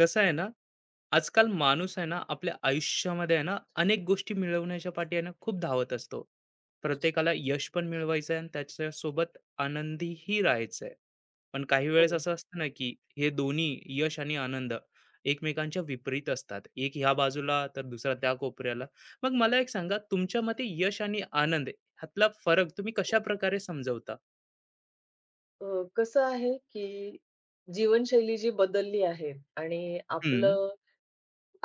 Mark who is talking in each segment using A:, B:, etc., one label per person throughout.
A: कसं आहे ना, आजकाल माणूस आहे ना, आपल्या आयुष्यामध्ये आहे ना, अनेक गोष्टी मिळवण्याच्या पाठी आहे ना, खूप धावत असतो. प्रत्येकाला यश पण मिळवायचं आहे आणि त्याच्यासोबत आनंदीही राहायचं आहे. पण काही वेळेस
B: हो.
A: असं असतं ना, की हे दोन्ही यश आणि आनंद एकमेकांच्या विपरीत असतात. एक ह्या बाजूला तर दुसरा त्या कोपऱ्याला. मग मला एक सांगा, तुमच्या मते यश आणि आनंद ह्यातला फरक तुम्ही कशाप्रकारे समजवता?
B: अ, कसं आहे, की जीवनशैली जी बदलली आहे आणि
A: हं,
B: आपलं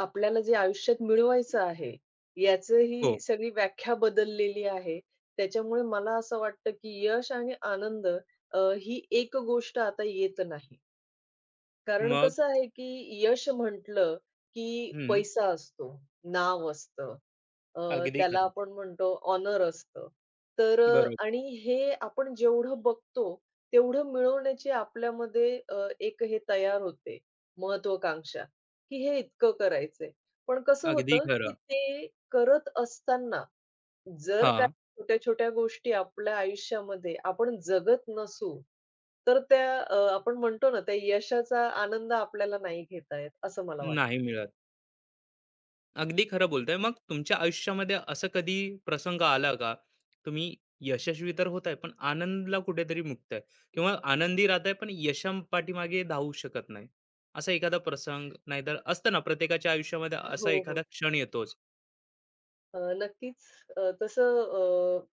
B: आपल्याला जे आयुष्यात मिळवायचं आहे,
A: हो.
B: याचंही सगळी व्याख्या बदललेली आहे. त्याच्यामुळे मला असं वाटतं, की यश आणि आनंद ही एक गोष्ट आता येत नाही. कारण
A: मग
B: कसं आहे, की यश म्हटलं, की
A: हं,
B: पैसा असतो, नाव असतं,
A: अगदी
B: त्याला
A: खरं.
B: आपण म्हणतो ऑनर असतं. तर
A: बरोबर.
B: आणि हे आपण जेवढं बघतो, तेवढं मिळवण्याची आपल्यामध्ये एक हे तयार होते, महत्त्वाकांक्षा, की हे इतकं करायचंय. पण कसं
A: अगदी
B: होतं, की
A: खरं.
B: ते करत असताना जर
A: हां.
B: काही छोट्या-छोट्या गोष्टी आपल्या आयुष्यामध्ये आपण जगत नसू, तर त्या आपण म्हणतो ना, त्या यशाचा आनंद आपल्याला नाही घेता येत, असं मला वाटतं.
A: नाही मिळत. अगदी खरं बोलताय. मग तुमच्या आयुष्यामध्ये असं कधी प्रसंग आला का? तुम्ही यशस्वी तर होताय, पण आनंदला कुठेतरी मुकताय किंवा आनंदी राहताय, पण यशापाठीमागे धावू शकत नाही. असा एखादा प्रसंग नाहीतर असतं ना, प्रत्येकाच्या आयुष्यामध्ये असा
B: हो,
A: एखादा
B: हो.
A: क्षण येतोच.
B: नक्कीच. तसं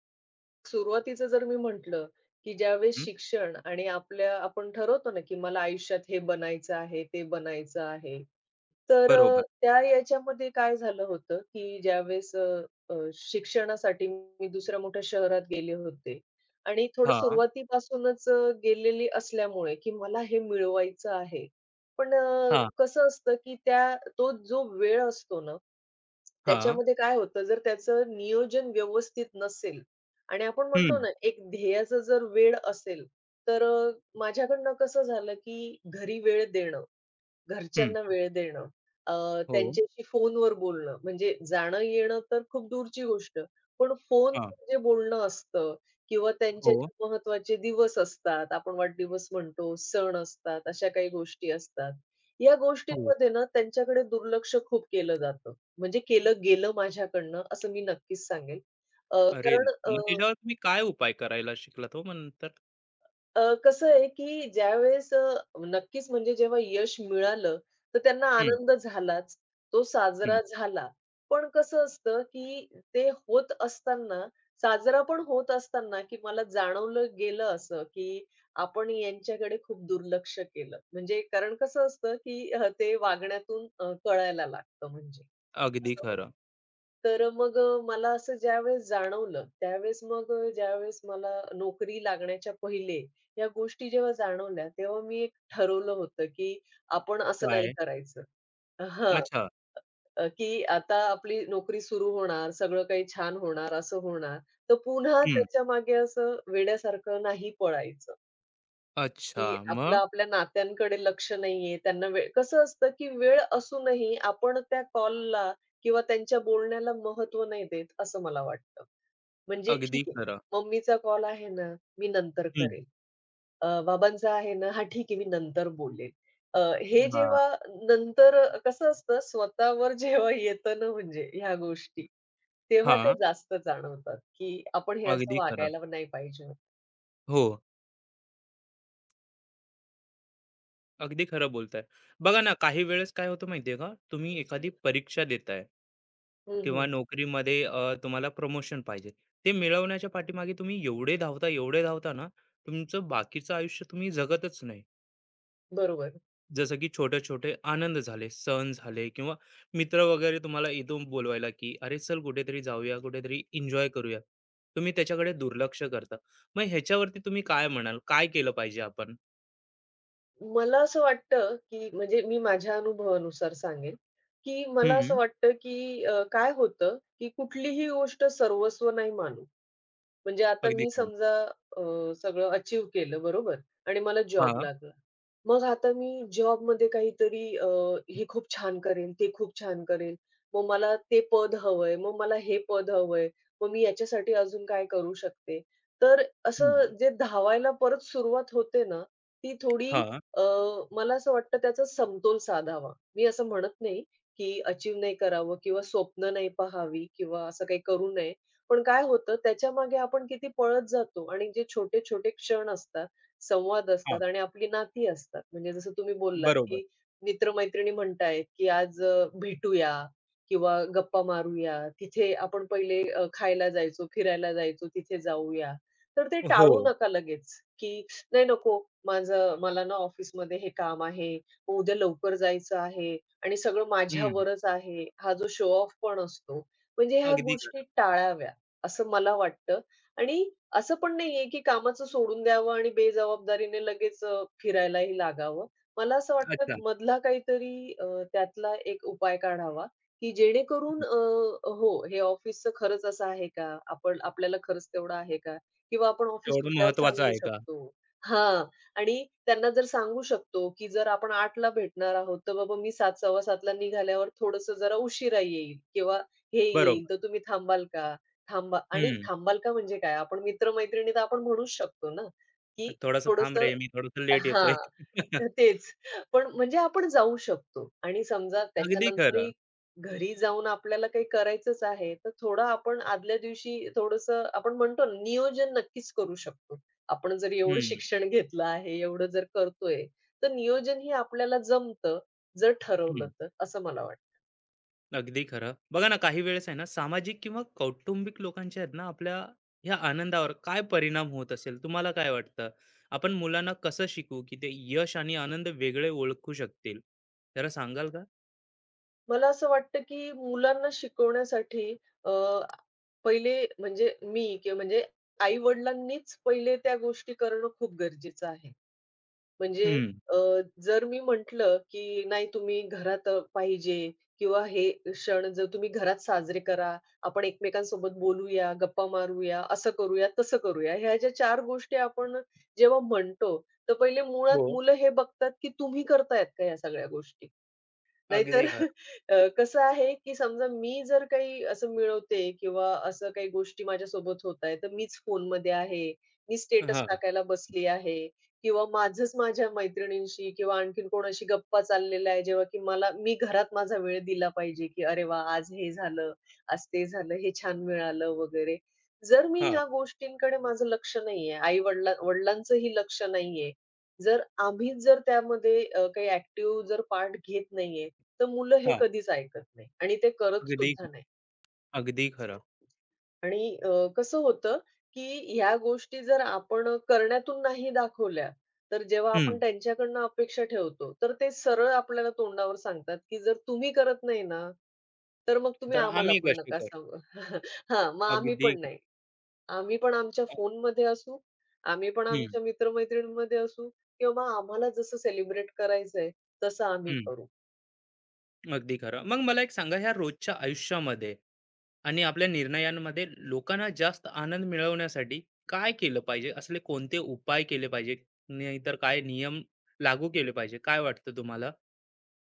B: सुरुवातीचं जर मी म्हटलं, की ज्यावेळेस
A: हं,
B: शिक्षण आणि आपल्या आपण ठरवतो ना, की मला आयुष्यात हे बनायचं आहे, ते बनायचं आहे. तर
A: बरोबर.
B: त्या याच्यामध्ये काय झालं होतं, की ज्यावेळेस अ, अ, शिक्षणासाठी मी दुसऱ्या मोठ्या शहरात गेले होते आणि थोडं
A: हां.
B: सुरुवातीपासूनच गेलेली असल्यामुळे, की मला हे मिळवायचं आहे. पण
A: हां,
B: कसं असतं, की तो जो वेळ असतो ना,
A: हां.
B: त्याच्यामध्ये काय होतं, जर त्याचं नियोजन व्यवस्थित नसेल, आणि आपण म्हणतो
A: हं,
B: ना, एक ध्येयाचा जर वेळ असेल, तर माझ्याकडनं कसं झालं, की घरी वेळ देणं,
A: हं.
B: घरच्यांना वेळ देणं, अ,
A: हो,
B: त्यांच्याशी फोनवर बोलणं, म्हणजे जाणं-येणं तर खूप दूरची गोष्ट. पण
A: हां.
B: फोनवर जे बोलणं असतं किंवा त्यांचे
A: हो,
B: जे महत्त्वाचे दिवस असतात, आपण वाढदिवस म्हणतो, सण असतात, अशा काही गोष्टी असतात. या
A: हो.
B: गोष्टींमध्ये ना, त्यांच्याकडे दुर्लक्ष खूप केलं जातं. म्हणजे केलं गेलं माझ्याकडनं असं मी नक्कीच सांगेल. अ,
A: अरे!
B: कारण अ
A: मग त्याच्यावर तुम्ही काय उपाय करायला शिकलात हो मग नंतर?
B: अ, कसं आहे, की ज्यावेळेस नक्कीच म्हणजे जेव्हा यश मिळालं, तर त्यांना
A: हं,
B: आनंद झालाच. तो
A: हं.
B: साजरा झाला. पण कसं असतं, की ते होत असताना, साजरा पण होत असताना, की मला जाणवलं गेलं असं, की आपण यांच्याकडे खूप दुर्लक्ष केलं. म्हणजे कारण कसं असतं, की ते वागण्यातून कळायला लागतं म्हणजे.
A: अगदी
B: असं होतं.
A: खरं.
B: तर मग मला असं ज्यावेळेस जाणवलं, त्यावेळेस मग ज्यावेळेस मला नोकरी लागण्याच्या पहिले या गोष्टी जेव्हा जाणवल्या, तेव्हा मी एक ठरवलं होतं, की आपण असं नाही
A: काय?
B: करायचं. हां,
A: अच्छा.
B: की आता आपली नोकरी सुरू होणार, सगळं काही छान होणार, असं होणार. तर पुन्हा त्याच्यामागे असं वेड्यासारखं नाही पळायचं.
A: अच्छा.
B: की आपलं
A: मग?
B: आपल्या नात्यांकडे लक्ष नाहीये. त्यांना वेळ कसं असतं की वेळ असूनही आपण त्या कॉलला किंवा त्यांच्या बोलण्याला महत्त्व नाही देत, असं मला वाटतं. म्हणजे
A: अगदी
B: ठीक आहे,
A: खरं.
B: मम्मीचा कॉल आहे ना, मी नंतर
A: हं.
B: करेल. बाबांचा आहे ना, हां, ठीक आहे, मी नंतर बोलेल. अ, हे
A: हां.
B: जेव्हा नंतर कसं असतं स्वतःवर जेव्हा येतं ना म्हणजे ह्या गोष्टी, तेव्हा त्या
A: हां.
B: जास्त जाणवतात, की आपण हे असं
A: अगदी खरं.
B: वागायला नाही पाहिजे.
A: हो. अगदी खरं बोलताय. बघा ना, काही वेळेस काय होतं माहिती आहे का? तुम्ही एखादी परीक्षा देताय
B: हं,
A: किंवा
B: हं.
A: नोकरीमध्ये तुम्हाला प्रमोशन पाहिजे. ते मिळवण्याच्या पाठीमागे तुम्ही एवढे धावता, एवढे धावता ना, तुमचं बाकीचं आयुष्य तुम्ही जगतच नाही.
B: बरोबर.
A: जसं की छोटे-छोटे आनंद झाले, सण झाले किंवा मित्र वगैरे तुम्हाला इथून बोलवायला, की "अरे चल कुठेतरी जाऊया, कुठेतरी एन्जॉय करूया." तुम्ही त्याच्याकडे दुर्लक्ष करता. मग ह्याच्यावरती तुम्ही काय म्हणाल? काय केलं पाहिजे आपण?
B: मला असं वाटतं, की म्हणजे मी माझ्या अनुभवानुसार सांगेन, की मला असं
A: हं,
B: वाटतं, की काय होतं, की कुठलीही गोष्ट सर्वस्व नाही मानू. म्हणजे आता
A: अगदी
B: मी
A: खरं.
B: समजा अ, सगळं अचीव्ह केलं बरोबर आणि मला जॉब
A: हां,
B: लागला. मग आता मी जॉबमध्ये काहीतरी हे खूप छान करेल, ते खूप छान करेल. मग मला ते पद हवंय, मग मला हे पद हवंय. मग मी याच्यासाठी अजून काय करू शकते? तर
A: हं,
B: असं जे धावायला परत सुरुवात होते ना, ती थोडी
A: हां,
B: अ, मला असं वाटतं त्याचा समतोल साधावा. मी असं म्हणत नाही, की अचीव्ह नाही करावं किंवा स्वप्न नाही पहावी किंवा असं काही करू नये. पण काय होतं त्याच्या मागे आपण किती पळत जातो आणि जे छोटे-छोटे क्षण असतात, संवाद
A: हां,
B: असतात आणि आपली नाती असतात. म्हणजे जसं तुम्ही बोललात,
A: बरोबर.
B: की मित्र-मैत्रिणी म्हणतायत, की आज भेटूया किंवा गप्पा मारूया. तिथे आपण पहिले खायला जायचो, फिरायला जायचो, तिथे जाऊया. तर ते
A: हो,
B: टाळू नका लगेच, की "नाही नको, माझं मला ना ऑफिसमध्ये हे काम आहे, मग उद्या लवकर जायचं आहे आणि सगळं
A: हं,
B: माझ्यावरच आहे." हा जो शो ऑफ पण असतो. म्हणजे ह्या
A: अगदी
B: गोष्टी
A: खरं.
B: टाळाव्या. असं मला वाटतं आणि असं पण नाहीये, की कामाचं सोडून द्यावं आणि बेजबाबदारीने लगेच फिरायलाही लागावं. मला असं वाटतं
A: अच्छा,
B: मधला काहीतरी त्यातला एक उपाय काढावा, की जेणेकरून
A: हं,
B: अ, हो, हे ऑफिसचं खरंच असं आहे का? आपण आपल्याला खरंच तेवढं आहे का? किंवा आपण ऑफिस
A: तेवढं
B: सुटल्यावर
A: महत्वाचं
B: सांगू
A: आहे का?
B: शकतो. हां आणि त्यांना जर सांगू शकतो, की जर आपण 8:00ला भेटणार आहोत, तर बाबा मी 7, 7:15ला निघाल्यावर थोडंसं जरा उशिरा येईल किंवा हे
A: बरोबर,
B: येईल, तर तुम्ही थांबाल का? थांबा आणि
A: हं.
B: थांबाल का म्हणजे काय? आपण मित्र-मैत्रिणी तर आपण म्हणूच शकतो ना, की
A: थोडासा थांब
B: थोडंसं
A: रे, मी थोडंसं लेट येतोय.
B: हां, तेच. पण म्हणजे आपण जाऊ शकतो आणि समजा
A: अगदी
B: त्याच्यानंतरही
A: खरं.
B: घरी जाऊन आपल्याला काही करायचंच आहे, तर थोडं आपण आदल्या दिवशी थोडंसं आपण म्हणतो ना, नियोजन नक्कीच करू शकतो. आपण जर एवढं
A: हं,
B: शिक्षण घेतलं आहे, एवढं जर करतोय, तर नियोजन हे आपल्याला जमतं, जर ठरवलं
A: हं.
B: तर, असं मला वाटतं.
A: अगदी खरं. बघा ना, काही वेळेस आहे ना, सामाजिक किंवा कौटुंबिक लोकांच्या आहेत ना, आपल्या ह्या आनंदावर काय परिणाम होत असेल? तुम्हाला काय वाटतं? आपण मुलांना कसं शिकू की ते यश आणि आनंद वेगळे ओळखू शकतील? जरा सांगाल का?
B: मला असं वाटतं, की मुलांना शिकवण्यासाठी अ, पहिले म्हणजे मी किंवा म्हणजे आई-वडिलांनीच पहिले त्या गोष्टी करणं खूप गरजेचं आहे. म्हणजे
A: हं.
B: अ, जर मी म्हटलं, की नाही तुम्ही घरात पाहिजे किंवा हे क्षण जर तुम्ही घरात साजरे करा, आपण एकमेकांसोबत बोलूया, गप्पा मारूया, असं करूया, तसं करूया. ह्या ज्या 4 गोष्टी आपण जेव्हा म्हणतो, तर पहिले मुळात
A: हो,
B: मुलं हे बघतात, की तुम्ही करतायत का या सगळ्या गोष्टी? नाहीतर
A: अगदी खरं.
B: कसं आहे, की समजा मी जर काही असं मिळवते किंवा असं काही गोष्टी माझ्यासोबत होत आहेत, तर मीच फोनमध्ये आहे, मी स्टेटस
A: हां,
B: टाकायला बसली आहे किंवा माझंच माझ्या मैत्रिणींशी किंवा आणखीन कोणाशी गप्पा चाललेला आहे, जेव्हा की मला मी घरात माझा वेळ दिला पाहिजे, की "अरे वाह! आज हे झालं, आज ते झालं, हे छान मिळालं" वगैरे. जर मी
A: हां,
B: ह्या गोष्टींकडे माझं लक्ष नाहीये, आई-वडिला वडिलांचंही लक्ष नाहीये, जर आम्हीच त्यामध्ये काही ॲक्टिव्ह जर पार्ट घेत नाहीये, तर मुलं हे
A: हां.
B: कधीच ऐकत नाही आणि ते करत
A: अगदी,
B: सुद्धा नाही.
A: अगदी खरं.
B: आणि कसं होतं, की ह्या गोष्टी जर आपण करण्यातून नाही दाखवल्या, तर जेव्हा
A: हं.
B: आपण त्यांच्याकडनं अपेक्षा ठेवतो, तर ते सरळ आपल्याला तोंडावर सांगतात, की "जर तुम्ही करत नाही ना, तर मग तुम्ही
A: तर
B: आम्हाला
A: आम्ही
B: पण
A: कशी
B: नका
A: करू?
B: सांगू." हां, मग आम्ही
A: अगदी
B: पण नाही. आम्ही पण आमच्या फोनमध्ये असू, आम्ही पण
A: हं,
B: आमच्या मित्र असू किंवा मग आम्हाला जसं सेलिब्रेट करायचंय, तसं आम्ही
A: हं.
B: करू.
A: अगदी खरं. मग मला एक सांगा, ह्या रोजच्या आयुष्यामध्ये आणि आपल्या निर्णयांमध्ये लोकांना जास्त आनंद मिळवण्यासाठी काय केलं पाहिजे? असले कोणते उपाय केले पाहिजे? नाहीतर काय नियम लागू केले पाहिजे? काय वाटतं तुम्हाला?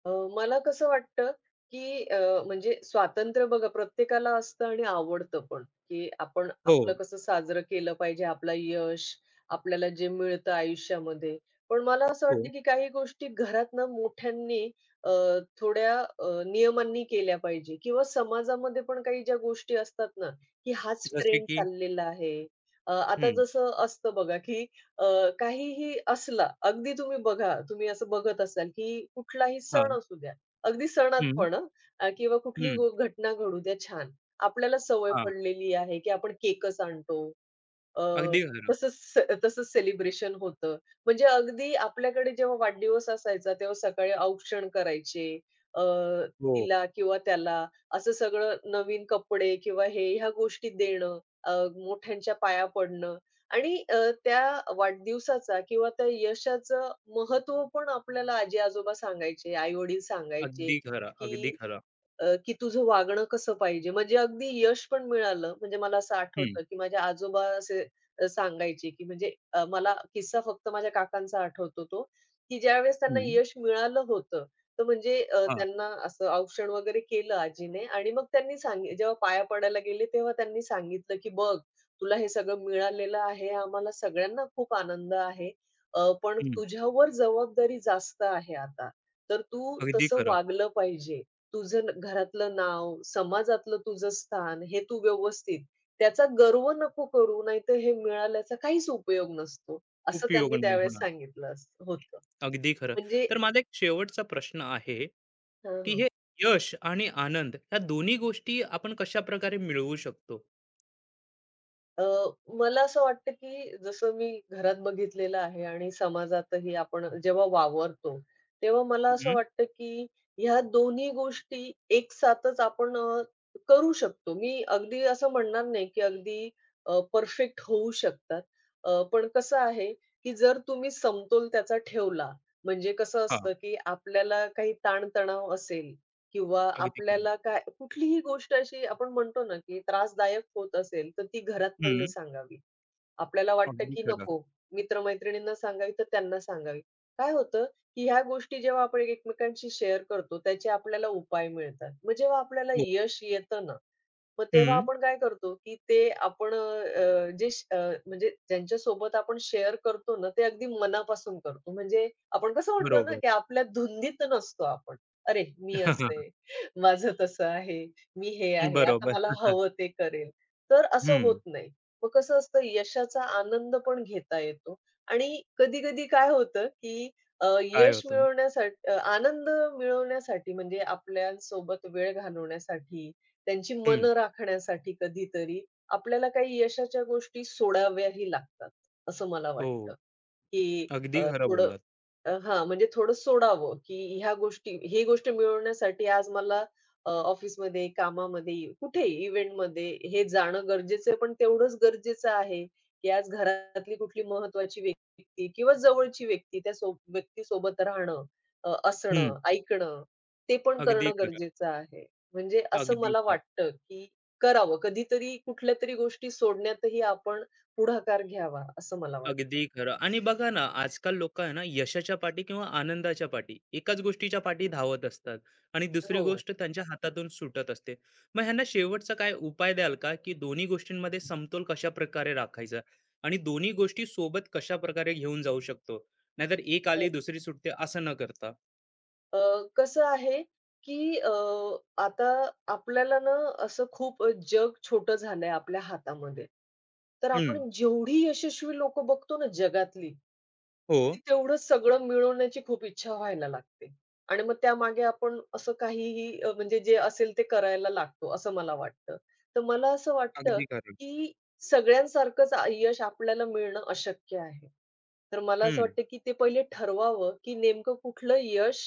B: अ, मला कसं वाटतं, की म्हणजे स्वातंत्र्य बघा प्रत्येकाला असतं आणि आवडतं पण, की आपण
A: हो,
B: आपलं कसं साजरं केलं पाहिजे, आपला यश, आपल्याला जे मिळतं आयुष्यामध्ये. पण मला असं
A: हो.
B: वाटतं, की काही गोष्टी घरातनं मोठ्यांनी अ, थोड्या नियमांनी केल्या पाहिजे किंवा समाजामध्ये पण काही ज्या गोष्टी असतात ना, की हाच
A: जसे
B: ट्रेंड
A: की
B: चाललेला आहे. आता
A: हं.
B: जसं असतं बघा, की काहीही असला, अगदी तुम्ही बघा, तुम्ही असं बघत असाल, की कुठलाही सण
A: हां.
B: असू द्या, अगदी सणात
A: हं,
B: पण हं, किंवा कुठलीही
A: हं.
B: घटना घडू द्या, छान. आपल्याला सवय
A: हां.
B: पडलेली आहे, की आपण केकच आणतो. अ,
A: अगदी खरं.
B: तसंच से तसंच सेलिब्रेशन होतं. म्हणजे अगदी आपल्याकडे जेव्हा वाढदिवस असायचा, तेव्हा सकाळी औक्षण करायचे. अ,
A: हो.
B: तिला किंवा त्याला असं सगळं नवीन कपडे किंवा हे ह्या गोष्टी देणं, मोठ्यांच्या पाया पडणं आणि त्या वाढदिवसाचा किंवा त्या यशाचं महत्त्व पण आपल्याला आजी-आजोबा सांगायचे, आई-वडील सांगायचे,
A: अगदी खरं, अगदी
B: की
A: खरं.
B: की तुझं वागणं कसं पाहिजे? म्हणजे अगदी यश पण मिळालं. म्हणजे मला असं
A: हं,
B: आठवतं, की माझे आजोबा असे सांगायचे, की म्हणजे मला किस्सा फक्त माझ्या काकांचा आठवतो तो, की ज्यावेळेस त्यांना
A: हं.
B: यश मिळालं होतं, तर म्हणजे
A: हां.
B: त्यांना असं औक्षण वगैरे केलं आजीने आणि मग त्यांनी सांगि जेव्हा पाया पडायला गेले, तेव्हा त्यांनी सांगितलं, की "बघ, तुला हे सगळं मिळालेलं आहे. आम्हाला सगळ्यांना खूप आनंद आहे. पण
A: हं.
B: तुझ्यावर जबाबदारी जास्त आहे आता. तर तू
A: अगदी
B: तसं
A: खरं.
B: वागलं पाहिजे." तुझं न घरातलं नाव, समाजातलं तुझं स्थान हे तू व्यवस्थित त्याचा गर्व नको करू, नाहीतर हे मिळाल्याचा काहीच उपयोग नसतो, असं
A: उपयोग
B: त्यांनी
A: नाही
B: त्यावेळेस
A: होणार.
B: सांगितलं असं होतं.
A: अगदी खरं.
B: म्हणजे
A: तर माझा एक शेवटचा प्रश्न आहे, की
B: हां,
A: हे यश आणि आनंद या दोन्ही गोष्टी आपण कशाप्रकारे मिळवू शकतो?
B: अ, मला असं वाटतं, की जसं मी घरात बघितलेलं आहे आणि समाजातही आपण जेव्हा वावरतो, तेव्हा मला असं
A: हं.
B: वाटतं, की ह्या दोन्ही गोष्टी एकसाथच आपण करू शकतो. मी अगदी असं म्हणणार नाही, की अगदी परफेक्ट होऊ शकतात. पण कसं आहे, की जर तुम्ही समतोल त्याचा ठेवला, म्हणजे कसं
A: हां.
B: असतं, की आपल्याला काही ताणतणाव असेल किंवा
A: अगदी खरं.
B: आपल्याला काय कुठलीही गोष्ट अशी आपण म्हणतो ना, की त्रासदायक होत असेल, तर ती घरात
A: हं.
B: पहिले सांगावी. आपल्याला वाटतं
A: अगदी
B: की
A: खरं.
B: नको, मित्र-मैत्रिणींना सांगावी तर त्यांना सांगावी. काय होतं, की ह्या गोष्टी जेव्हा आपण एकमेकांशी शेअर करतो, त्याचे आपल्याला उपाय मिळतात. मग जेव्हा आपल्याला
A: हो.
B: यश येतं ना, मग तेव्हा
A: हं.
B: आपण काय करतो, की ते आपण अ, जे श- अ, म्हणजे ज्यांच्यासोबत आपण शेअर करतो ना, ते अगदी मनापासून करतो. म्हणजे आपण कसं म्हणतो ना,
A: बरोबर.
B: की आपल्या धुंदीत नसतो आपण. "अरे, मी असं आहे, माझं तसं आहे, मी हे आहे, आता मला
A: बरोबर.
B: हवं ते करेल." तर असं
A: हं.
B: होत नाही. मग कसं असतं यशाचा आनंद पण घेता येतो आणि कधी-कधी काय होतं, की अ,
A: काय
B: यश
A: होतं?
B: मिळवण्यासाठी अ, आनंद मिळवण्यासाठी म्हणजे आपल्यासोबत वेळ घालवण्यासाठी, त्यांची
A: हं.
B: मनं राखण्यासाठी कधीतरी आपल्याला काही यशाच्या गोष्टी सोडाव्याही लागतात, असं मला
A: हो.
B: वाटतं. की
A: अगदी
B: अ,
A: खरं
B: थोडं
A: बोललात.
B: अ, हां, म्हणजे थोडं सोडावं, की ह्या गोष्टी ही गोष्ट मिळवण्यासाठी आज मला ऑफिसमध्ये, कामामध्ये, कुठेही इव्हेंटमध्ये हे जाणं गरजेचं आहे, पण तेवढंच गरजेचं आहे, की आज घरातली कुठली महत्त्वाची व्यक्ती किंवा जवळची व्यक्ती त्या व्यक्तीसोबत राहणं,
A: हं.
B: असणं, ऐकणं, ते पण
A: अगदी
B: करणं
A: खरं.
B: गरजेचं आहे. म्हणजे असं
A: अगदी
B: मला
A: खरं.
B: वाटतं, की करावं. कधीतरी कुठल्यातरी गोष्टी सोडण्यातही आपण पुढाकार घ्यावा, असं मला
A: अगदी
B: वाटतं.
A: खरं आणि बघा ना, आजकाल लोकं आहे ना, यशाच्या पाठी किंवा आनंदाच्या पाठी एकाच गोष्टीच्या पाठी धावत असतात आणि दुसरी
B: हो.
A: गोष्ट त्यांच्या हातातून सुटत असते. मग ह्यांना शेवटचा काय उपाय द्याल का, की दोन्ही गोष्टींमध्ये समतोल कशाप्रकारे राखायचा आणि दोन्ही गोष्टी सोबत कशाप्रकारे घेऊन जाऊ शकतो? नाहीतर एक
B: अ,
A: आली, दुसरी सुटते असं न करता?
B: अ, कसं आहे, की आता आपल्याला ना असं खूप जग छोटं झालंय आपल्या हातामध्ये. तर
A: हं,
B: आपण जेवढी यशस्वी लोकं बघतो ना जगातली,
A: हो,
B: की तेवढं सगळं मिळवण्याची खूप इच्छा व्हायला लागते आणि मग त्यामागे आपण असं काहीही म्हणजे जे असेल ते करायला लागतो, असं मला वाटतं. तर मला असं वाटतं,
A: अगदी खरं.
B: की सगळ्यांसारखंच यश आपल्याला मिळणं अशक्य आहे. तर मला असं
A: हं,
B: वाटतं, की ते पहिले ठरवावं, की नेमकं कुठलं यश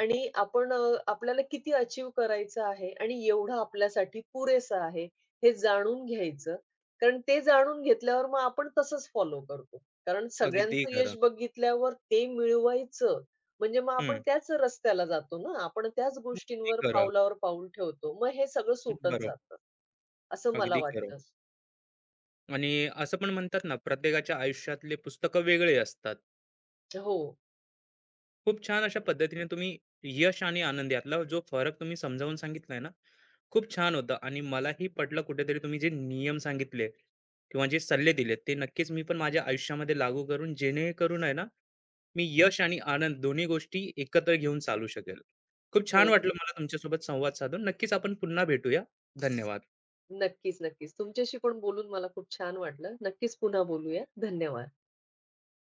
B: आणि आपण आपल्याला किती अचीव्ह करायचं आहे आणि एवढं आपल्यासाठी पुरेसं आहे, हे जाणून घ्यायचं. कारण ते जाणून घेतल्यावर मग आपण तसंच फॉलो करतो. कारण
A: अगदी
B: सगळ्यांचं यश
A: खरं.
B: बघितल्यावर ते मिळवायचं, म्हणजे मग आपण
A: हं.
B: त्याच रस्त्याला जातो ना. आपण त्याच
A: अगदी
B: गोष्टींवर
A: खरं.
B: पावलावर पाऊल ठेवतो. मग हे सगळं सुटत
A: बरोबर.
B: जातं, असं मला
A: अगदी खरं.
B: वाटतं.
A: आणि असं पण म्हणतात ना, प्रत्येकाच्या आयुष्यातले पुस्तकं वेगळे असतात.
B: हो,
A: खूप छान अशा पद्धतीने तुम्ही यश आणि आनंद यातला जो फरक तुम्ही समजावून सांगितलाय ना, खूप छान होतं आणि मलाही पटलं कुठेतरी तुम्ही जे नियम सांगितले किंवा जे सल्ले दिलेत, ते नक्कीच मी पण माझ्या आयुष्यामध्ये लागू करून जेणेकरून आहे ना, मी यश आणि आनंद दोन्ही गोष्टी एकत्र घेऊन चालू शकेल. खूप छान
B: हो, हो.
A: वाटलं मला तुमच्यासोबत संवाद साधून. नक्कीच आपण पुन्हा भेटूया. धन्यवाद.
B: नक्कीच, नक्कीच. तुमच्याशी पण बोलून मला खूप छान वाटलं. नक्कीच पुन्हा बोलूया. धन्यवाद.